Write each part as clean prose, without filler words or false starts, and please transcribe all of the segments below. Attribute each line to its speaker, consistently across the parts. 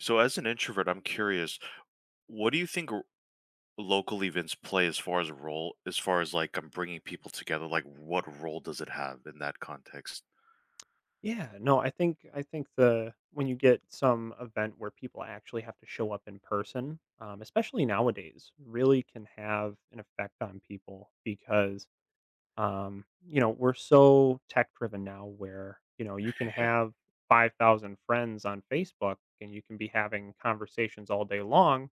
Speaker 1: So, as an introvert, I'm curious, what do you think local events play as far as a role, as far as like I'm bringing people together? Like, what role does it have in that context?
Speaker 2: Yeah, no, I think the when you get some event where people actually have to show up in person, especially nowadays, really can have an effect on people because you know, we're so tech driven now, where you know you can
Speaker 1: Yeah,
Speaker 2: have 5,000 friends on Facebook and you can be having conversations all day long,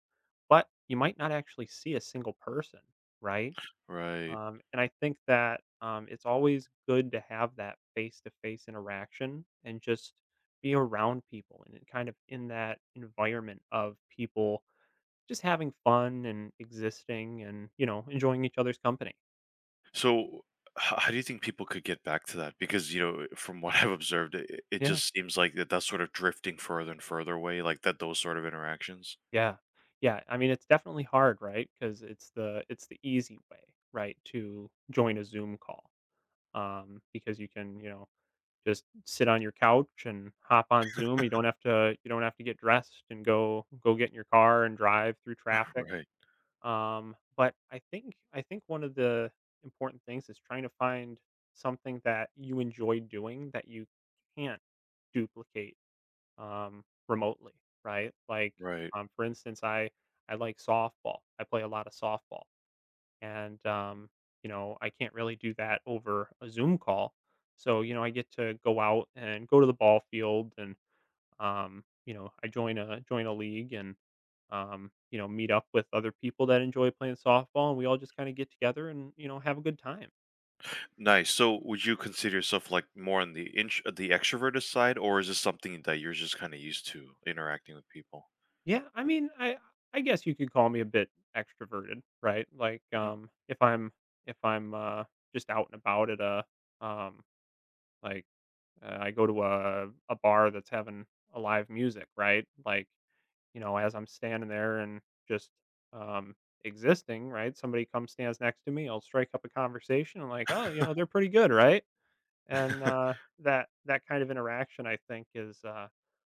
Speaker 2: but you might not actually see a single person, right?
Speaker 1: right.
Speaker 2: And I think that it's always good to have that face to face interaction and just be around people and it kind of in that environment of people just having fun and existing and, enjoying each other's company.
Speaker 1: So, how do you think people could get back to that? Because, you know, from what I've observed, it
Speaker 2: Yeah.
Speaker 1: just seems like that's sort of drifting further and further away, like that those sort of interactions.
Speaker 2: Yeah. Yeah. I mean, it's definitely hard, right? Because it's the easy way, right, to join a Zoom call because you can, you know, just sit on your couch and hop on Zoom. You don't have to get dressed and go get in your car and drive through traffic.
Speaker 1: Right.
Speaker 2: But I think one of the important things is trying to find something that you enjoy doing that you can't duplicate remotely, right? Like,
Speaker 1: Right.
Speaker 2: for instance, I like softball. I play a lot of softball and you know, I can't really do that over a Zoom call, so you know, I get to go out and go to the ball field and you know, I join a league and you know, meet up with other people that enjoy playing softball and we all just kind of get together and you know, have a good time.
Speaker 1: Nice. So, would you consider yourself like more on the the extroverted side, or is this something that you're just kind of used to interacting with people?
Speaker 2: Yeah, I mean, I guess you could call me a bit extroverted, right? Like,
Speaker 1: Mhm.
Speaker 2: if I'm if I'm just out and about at a um like I go to a bar that's having a live music, right? Like, you know, as I'm standing there and just um existing, right? Somebody comes stands next to me, I'll strike up a conversation and like, "Oh, you know, they're pretty good, right?" And that kind of interaction I think is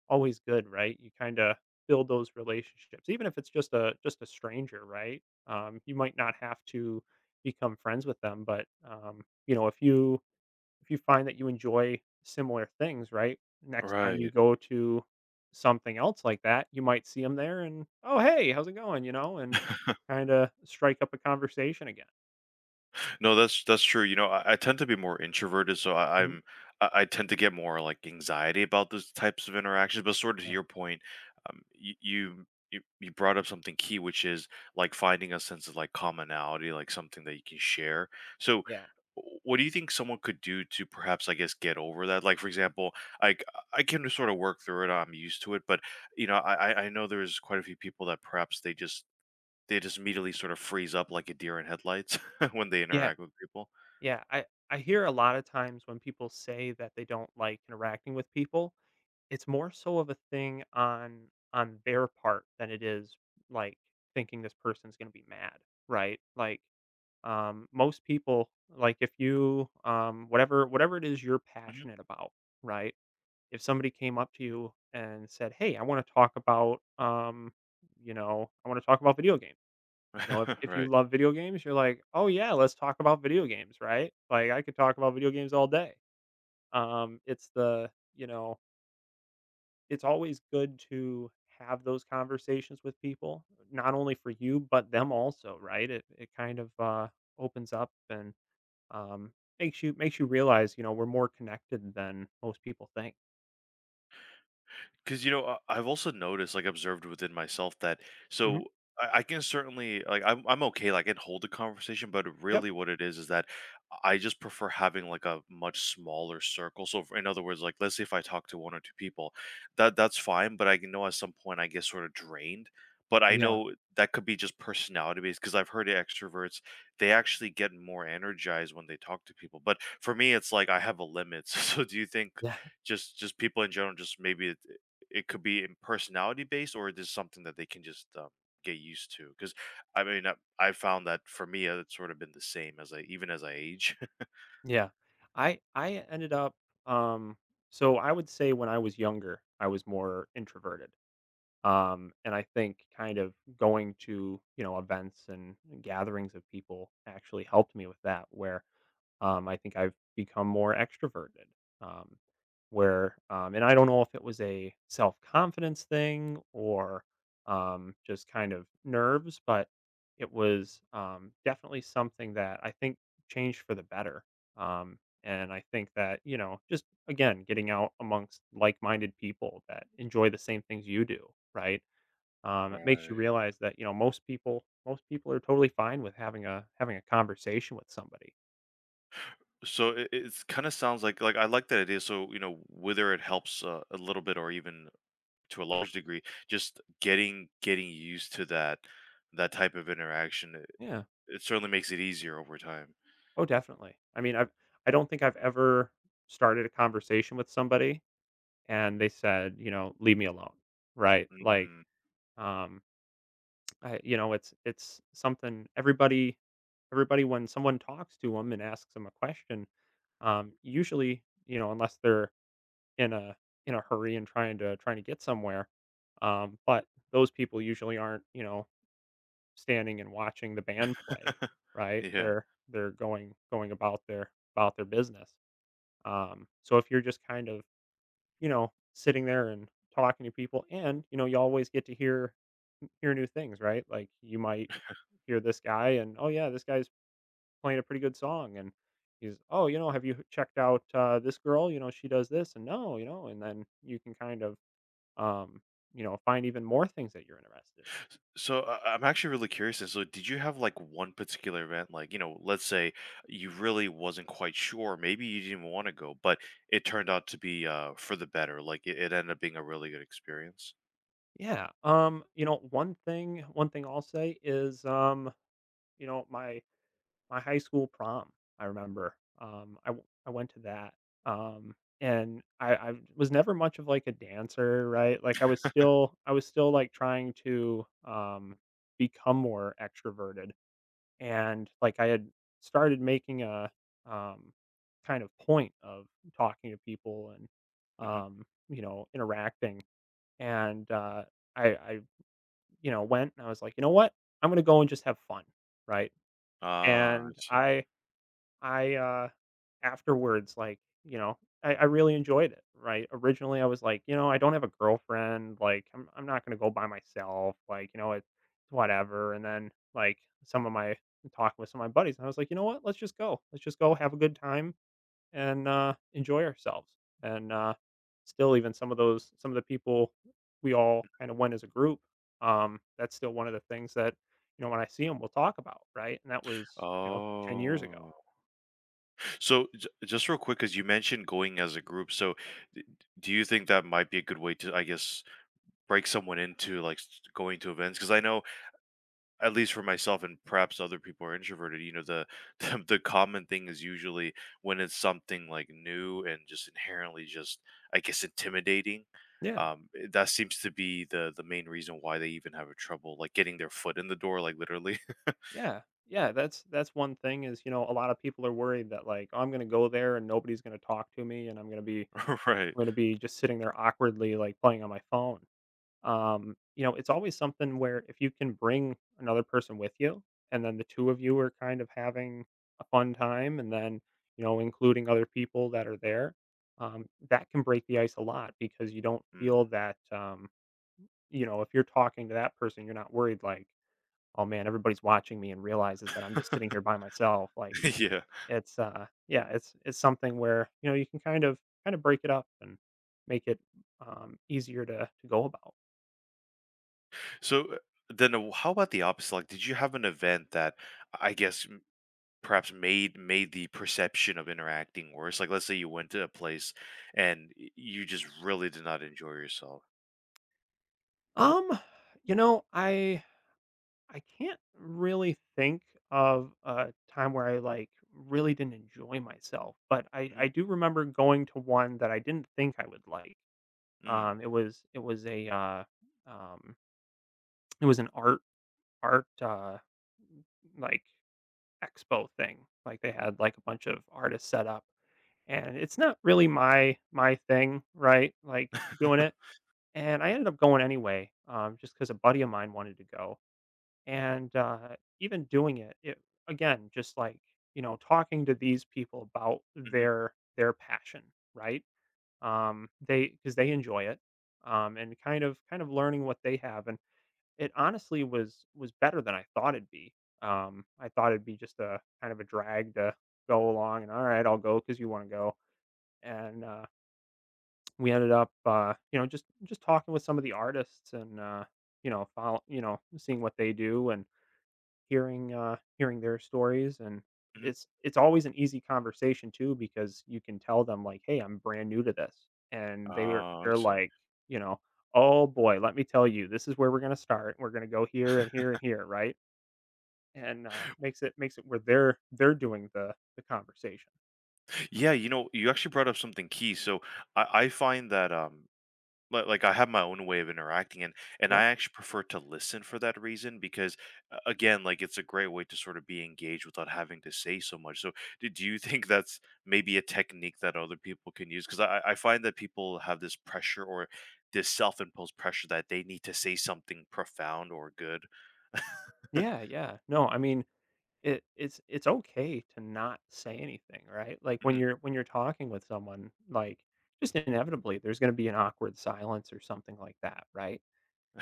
Speaker 2: always good, right? You kind of build those relationships even if it's just a stranger, right? You might not have to become friends with them, but you know, if you find that you enjoy similar things, right? Next time you
Speaker 1: Right.
Speaker 2: go to something else like that, you might see them there and, "Oh, hey, how's it going?" You know, and kinda strike up a conversation again.
Speaker 1: No, that's true. You know, I tend to be more introverted, so
Speaker 2: Mhm.
Speaker 1: I tend to get more like anxiety about those types of interactions. But sort of to
Speaker 2: Yeah.
Speaker 1: your point, um, you, you you brought up something key, which is like finding a sense of like commonality, like something that you can share. So,
Speaker 2: Yeah.
Speaker 1: what do you think someone could do to perhaps, I guess, get over that? Like, for example, I I can sort of work through it. I'm used to it, but you know, I know there's quite a few people that perhaps they just they just immediately sort of freeze up like a deer in headlights when they
Speaker 2: Yeah.
Speaker 1: interact with people.
Speaker 2: Yeah. I hear a lot of times when people say that they don't like interacting with people, it's more so of a thing on their part than it is, like, thinking this person's gonna be mad, right? Like, most people, like if you, whatever it is you're
Speaker 1: Mhm.
Speaker 2: passionate about, right? If somebody came up to you and said, "Hey, I want to talk about, you know, I want to talk about video games." You know, if you
Speaker 1: Right.
Speaker 2: love video games, you're like, "Oh yeah, let's talk about video games," right? Like I could talk about video games all day. It's the, you know, it's always good to have those conversations with people not only for you but them also, right? It kind of opens up and um, makes you realize, you know, we're more connected than most people think.
Speaker 1: Because you know I've also noticed like observed within myself that
Speaker 2: Mhm.
Speaker 1: so I can certainly like I'm okay like I can hold the conversation but
Speaker 2: Yep.
Speaker 1: really what it is that I just prefer having like a much smaller circle. So in other words, like let's say if I talk to one or two people, that that's fine but I can know at some point I get sort of drained. But I
Speaker 2: Yeah.
Speaker 1: know that could be just personality based because I've heard extroverts they actually get more energized when they talk to people, but for me it's like I have a limit. So do you think
Speaker 2: Yeah.
Speaker 1: just people in general, just maybe it could be in personality based or it is something that they can just get used to? Because I mean I found that for me it's sort of been the same as I, even as I age.
Speaker 2: Yeah. I ended up um so I would say when I was younger, I was more introverted. And I think kind of going to, you know, events and gatherings of people actually helped me with that, where I think I've become more extroverted. Um, where and I don't know if it was a self confidence thing or just kind of nerves, but it was definitely something that I think changed for the better. Um, and I think that you know, just again, getting out amongst like-minded people that enjoy the same things you do, right? It makes you
Speaker 1: Right.
Speaker 2: realize that you know, most people are totally fine with having a having a conversation with somebody.
Speaker 1: So it's kind of sounds like I like that idea. So you know whether it helps a little bit or even to a large degree, just getting used to that type of interaction,
Speaker 2: Yeah.
Speaker 1: it certainly makes it easier over time.
Speaker 2: Oh, definitely. I mean, I've I don't think I've ever started a conversation with somebody and they said, you know, "Leave me alone." Right? Like,
Speaker 1: Mm.
Speaker 2: um, I you know, it's something everybody, when someone talks to them and asks them a question, usually, you know, unless they're in a in a hurry and trying to get somewhere, but those people usually aren't, you know, standing and watching the band play, right?
Speaker 1: Yeah.
Speaker 2: They're going about their business. So if you're just kind of, you know, sitting there and talking to people and, you know, you always get to hear new things, right? Like you might hear this guy and oh yeah, this guy's playing a pretty good song and he's oh, you know, have you checked out this girl, you know, she does this and no, you know, and then you can kind of um, you know, find even more things that you're interested
Speaker 1: So I'm actually really curious. And so, did you have like one particular event, like you know, let's say you really wasn't quite sure, maybe you didn't want to go, but it turned out to be for the better. Like it ended up being a really good experience.
Speaker 2: in. Yeah. You know, one thing I'll say is you know, my high school prom, I remember. I went to that. Um, and I was never much of like a dancer, right? Like I was still like trying to become more extroverted and like I had started making a um kind of point of talking to people and
Speaker 1: Hmm.
Speaker 2: you know, interacting and I you know, went and I was like, "You know what? I'm going to go and just have fun." Right?
Speaker 1: Ah, I
Speaker 2: And
Speaker 1: see.
Speaker 2: I I, uh, afterwards, like, you know, I really enjoyed it, right? Originally, I was like, you know, I don't have a girlfriend. Like, I'm not going to go by myself. Like, you know, it's whatever. And then, like, some of my talking with some of my buddies, and I was like, you know what? Let's just go. Let's just go have a good time and enjoy ourselves. And still, even some of the people we all kind of went as a group, that's still one of the things that, you know, when I see them, we'll talk about, right? And that was, you know, 10 years ago.
Speaker 1: Oh, so just real quick, because you mentioned going as a group, so d- do you think that might be a good way to, I guess, break someone into like going to events? Because I know at least for myself and perhaps other people are introverted, you know the common thing is usually when it's something like new and just inherently just I guess intimidating,
Speaker 2: Yeah.
Speaker 1: that seems to be the main reason why they even have a trouble like getting their foot in the door, like literally.
Speaker 2: Yeah. Yeah, that's one thing is, you know, a lot of people are worried that like, "Oh, I'm gonna go there and nobody's gonna talk to me and I'm
Speaker 1: Right.
Speaker 2: gonna be just sitting there awkwardly, like, playing on my phone." You know, it's always something where if you can bring another person with you, and then the two of you are kind of having a fun time and then, you know, including other people that are there, that can break the ice a lot because you don't feel
Speaker 1: Mm.
Speaker 2: that, you know, if you're talking to that person, you're not worried like oh man, everybody's watching me and realizes that I'm just sitting here by myself. Like
Speaker 1: Yeah.
Speaker 2: it's yeah, it's something where, you know, you can kind of break it up and make it easier to go about.
Speaker 1: So then how about the opposite, like did you have an event that I guess perhaps made the perception of interacting worse? Like let's say you went to a place and you just really did not enjoy yourself.
Speaker 2: Um, you know, I can't really think of a time where I like really didn't enjoy myself, but
Speaker 1: Mhm,
Speaker 2: I do remember going to one that I didn't think I would like.
Speaker 1: mm.
Speaker 2: It was a um it was an art like expo thing. Like they had like a bunch of artists set up and it's not really my thing, right? Like doing it. And I ended up going anyway, just because a buddy of mine wanted to go. And even doing it, again, just like you know, talking to these people about
Speaker 1: Mhm,
Speaker 2: their passion, right? They because they enjoy it, and kind of learning what they have, it honestly was better than I thought it'd be. I thought it'd be just a kind of a drag to go along and all right, I'll go because you want to go. And we ended up, you know, just talking with some of the artists and you know, you know, seeing what they do and hearing hearing their stories, and
Speaker 1: mhm.
Speaker 2: it's always an easy conversation too because you can tell them like, "Hey, I'm brand new to this," and
Speaker 1: Oh, I
Speaker 2: they're
Speaker 1: see.
Speaker 2: like, you know, "Oh boy, let me tell you, this is where we're gonna start. We're gonna go here and here and here, right?" And makes it where they're doing the conversation.
Speaker 1: Yeah, you know, you actually brought up something key. So I find that like I have my own way of interacting, and I
Speaker 2: Yep.
Speaker 1: actually prefer to listen for that reason, because again, like it's a great way to sort of be engaged without having to say so much. So do you think that's maybe a technique that other people can use? Because I find that people have this pressure or this self-imposed pressure that they need to say something profound or good.
Speaker 2: Yeah, yeah. No, I mean, it's okay to not say anything, right? Like,
Speaker 1: Mhm.
Speaker 2: when you're talking with someone, like, just inevitably, there's gonna be an awkward silence or something like that, right?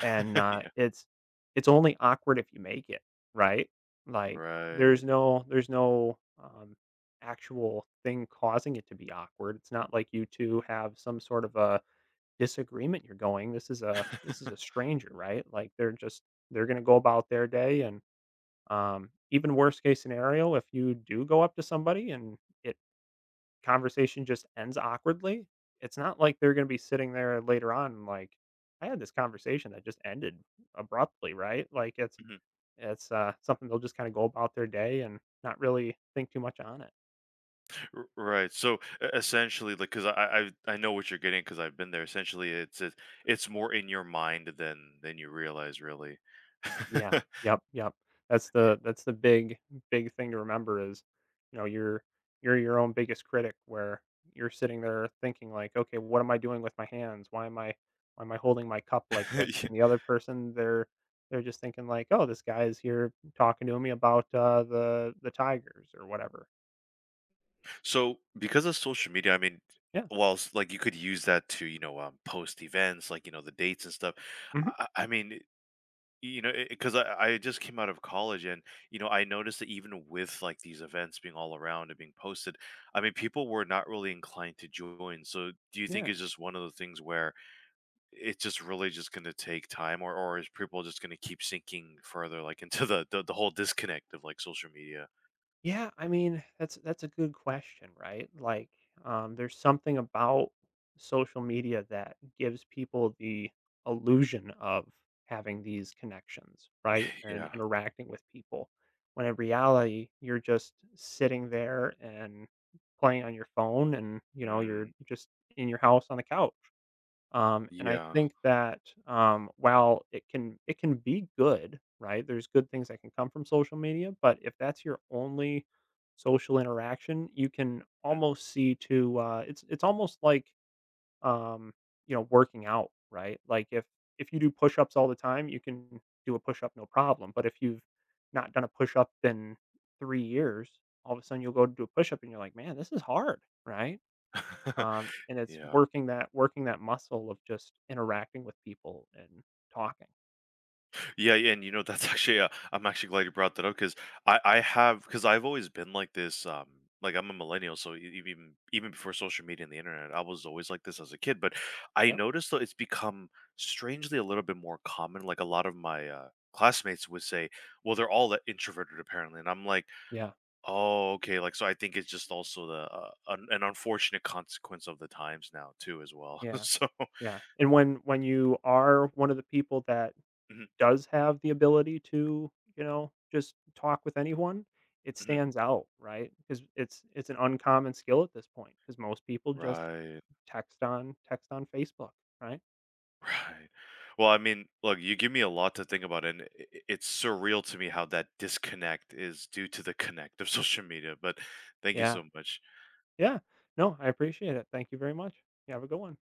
Speaker 2: And,
Speaker 1: Yeah.
Speaker 2: it's only awkward if you make it, right? Like,
Speaker 1: Right.
Speaker 2: there's no, actual thing causing it to be awkward. It's not like you two have some sort of a disagreement you're going. This is
Speaker 1: Mhm.
Speaker 2: a stranger, right? Like, they're just they're gonna go about their day and even worst case scenario, if you do go up to somebody and it conversation just ends awkwardly, it's not like they're going to be sitting there later on and like, I had this conversation that just ended abruptly, right? Like it's something they'll just kind of go about their day and not really think too much on it.
Speaker 1: Right. So essentially, like, because I know what you're getting, because I've been there. Essentially, it's more in your mind than you realize, really.
Speaker 2: Yeah. Yep, yep. That's the big thing to remember is, you know, you're your own biggest critic where you're sitting there thinking like, "Okay, what am I doing with my hands? Why am I holding my cup like this?"
Speaker 1: Yeah.
Speaker 2: And the other person, they're just thinking like, "Oh, this guy is here talking to me about, the Tigers or whatever."
Speaker 1: So because of social media, I mean,
Speaker 2: Yeah.
Speaker 1: whilst like you could use that to you know post events, like you know the dates and stuff.
Speaker 2: Mhm.
Speaker 1: I mean, you know because I just came out of college and you know I noticed that even with like these events being all around and being posted, I mean people were not really inclined to join. So do you think it's
Speaker 2: Yeah.
Speaker 1: just one of the things where it's just really just going to take time? Or is people just going to keep sinking further like into the whole disconnect of like social media?
Speaker 2: Yeah, I mean, that's a good question, right? Like, there's something about social media that gives people the illusion of having these connections, right? And
Speaker 1: Yeah.
Speaker 2: interacting with people. When in reality, you're just sitting there and playing on your phone and, you know, you're
Speaker 1: Mm,
Speaker 2: just in your house on the couch. And I
Speaker 1: yeah.
Speaker 2: think that, while it can be good, right? There's good things that can come from social media, but if that's your only social interaction, you can almost see to it's almost like um, you know, working out, right? Like if you do push ups all the time, you can do a push up no problem. But if you've not done a push up in 3 years, all of a sudden you'll go to do a push up and you're like, man, this is hard, right? And it's
Speaker 1: Yeah.
Speaker 2: working that muscle of just interacting with people and talking.
Speaker 1: Yeah, yeah, and you know that's actually I'm actually glad you brought that up because I have, because I've always been like this, like I'm a millennial so even even before social media and the internet I was always like this as a kid. But I
Speaker 2: Yep.
Speaker 1: noticed though it's become strangely a little bit more common. Like a lot of my classmates would say, well, they're all that introverted apparently, and I'm like,
Speaker 2: Yeah.
Speaker 1: oh, okay. Like so I think it's just also the an unfortunate consequence of the times now too as well.
Speaker 2: Yeah,
Speaker 1: So
Speaker 2: yeah. And when you are one of the people that
Speaker 1: mhm,
Speaker 2: does have the ability to, you know, just talk with anyone, it
Speaker 1: mhm.
Speaker 2: stands out, right? Because it's an uncommon skill at this point. Because most people just
Speaker 1: Right.
Speaker 2: text on Facebook, right?
Speaker 1: Right. Well, I mean, look, you give me a lot to think about, and it's surreal to me how that disconnect is due to the connect of social media. But thank you
Speaker 2: Yeah,
Speaker 1: so much.
Speaker 2: yeah. No, I appreciate it. Thank you very much. You have a good one.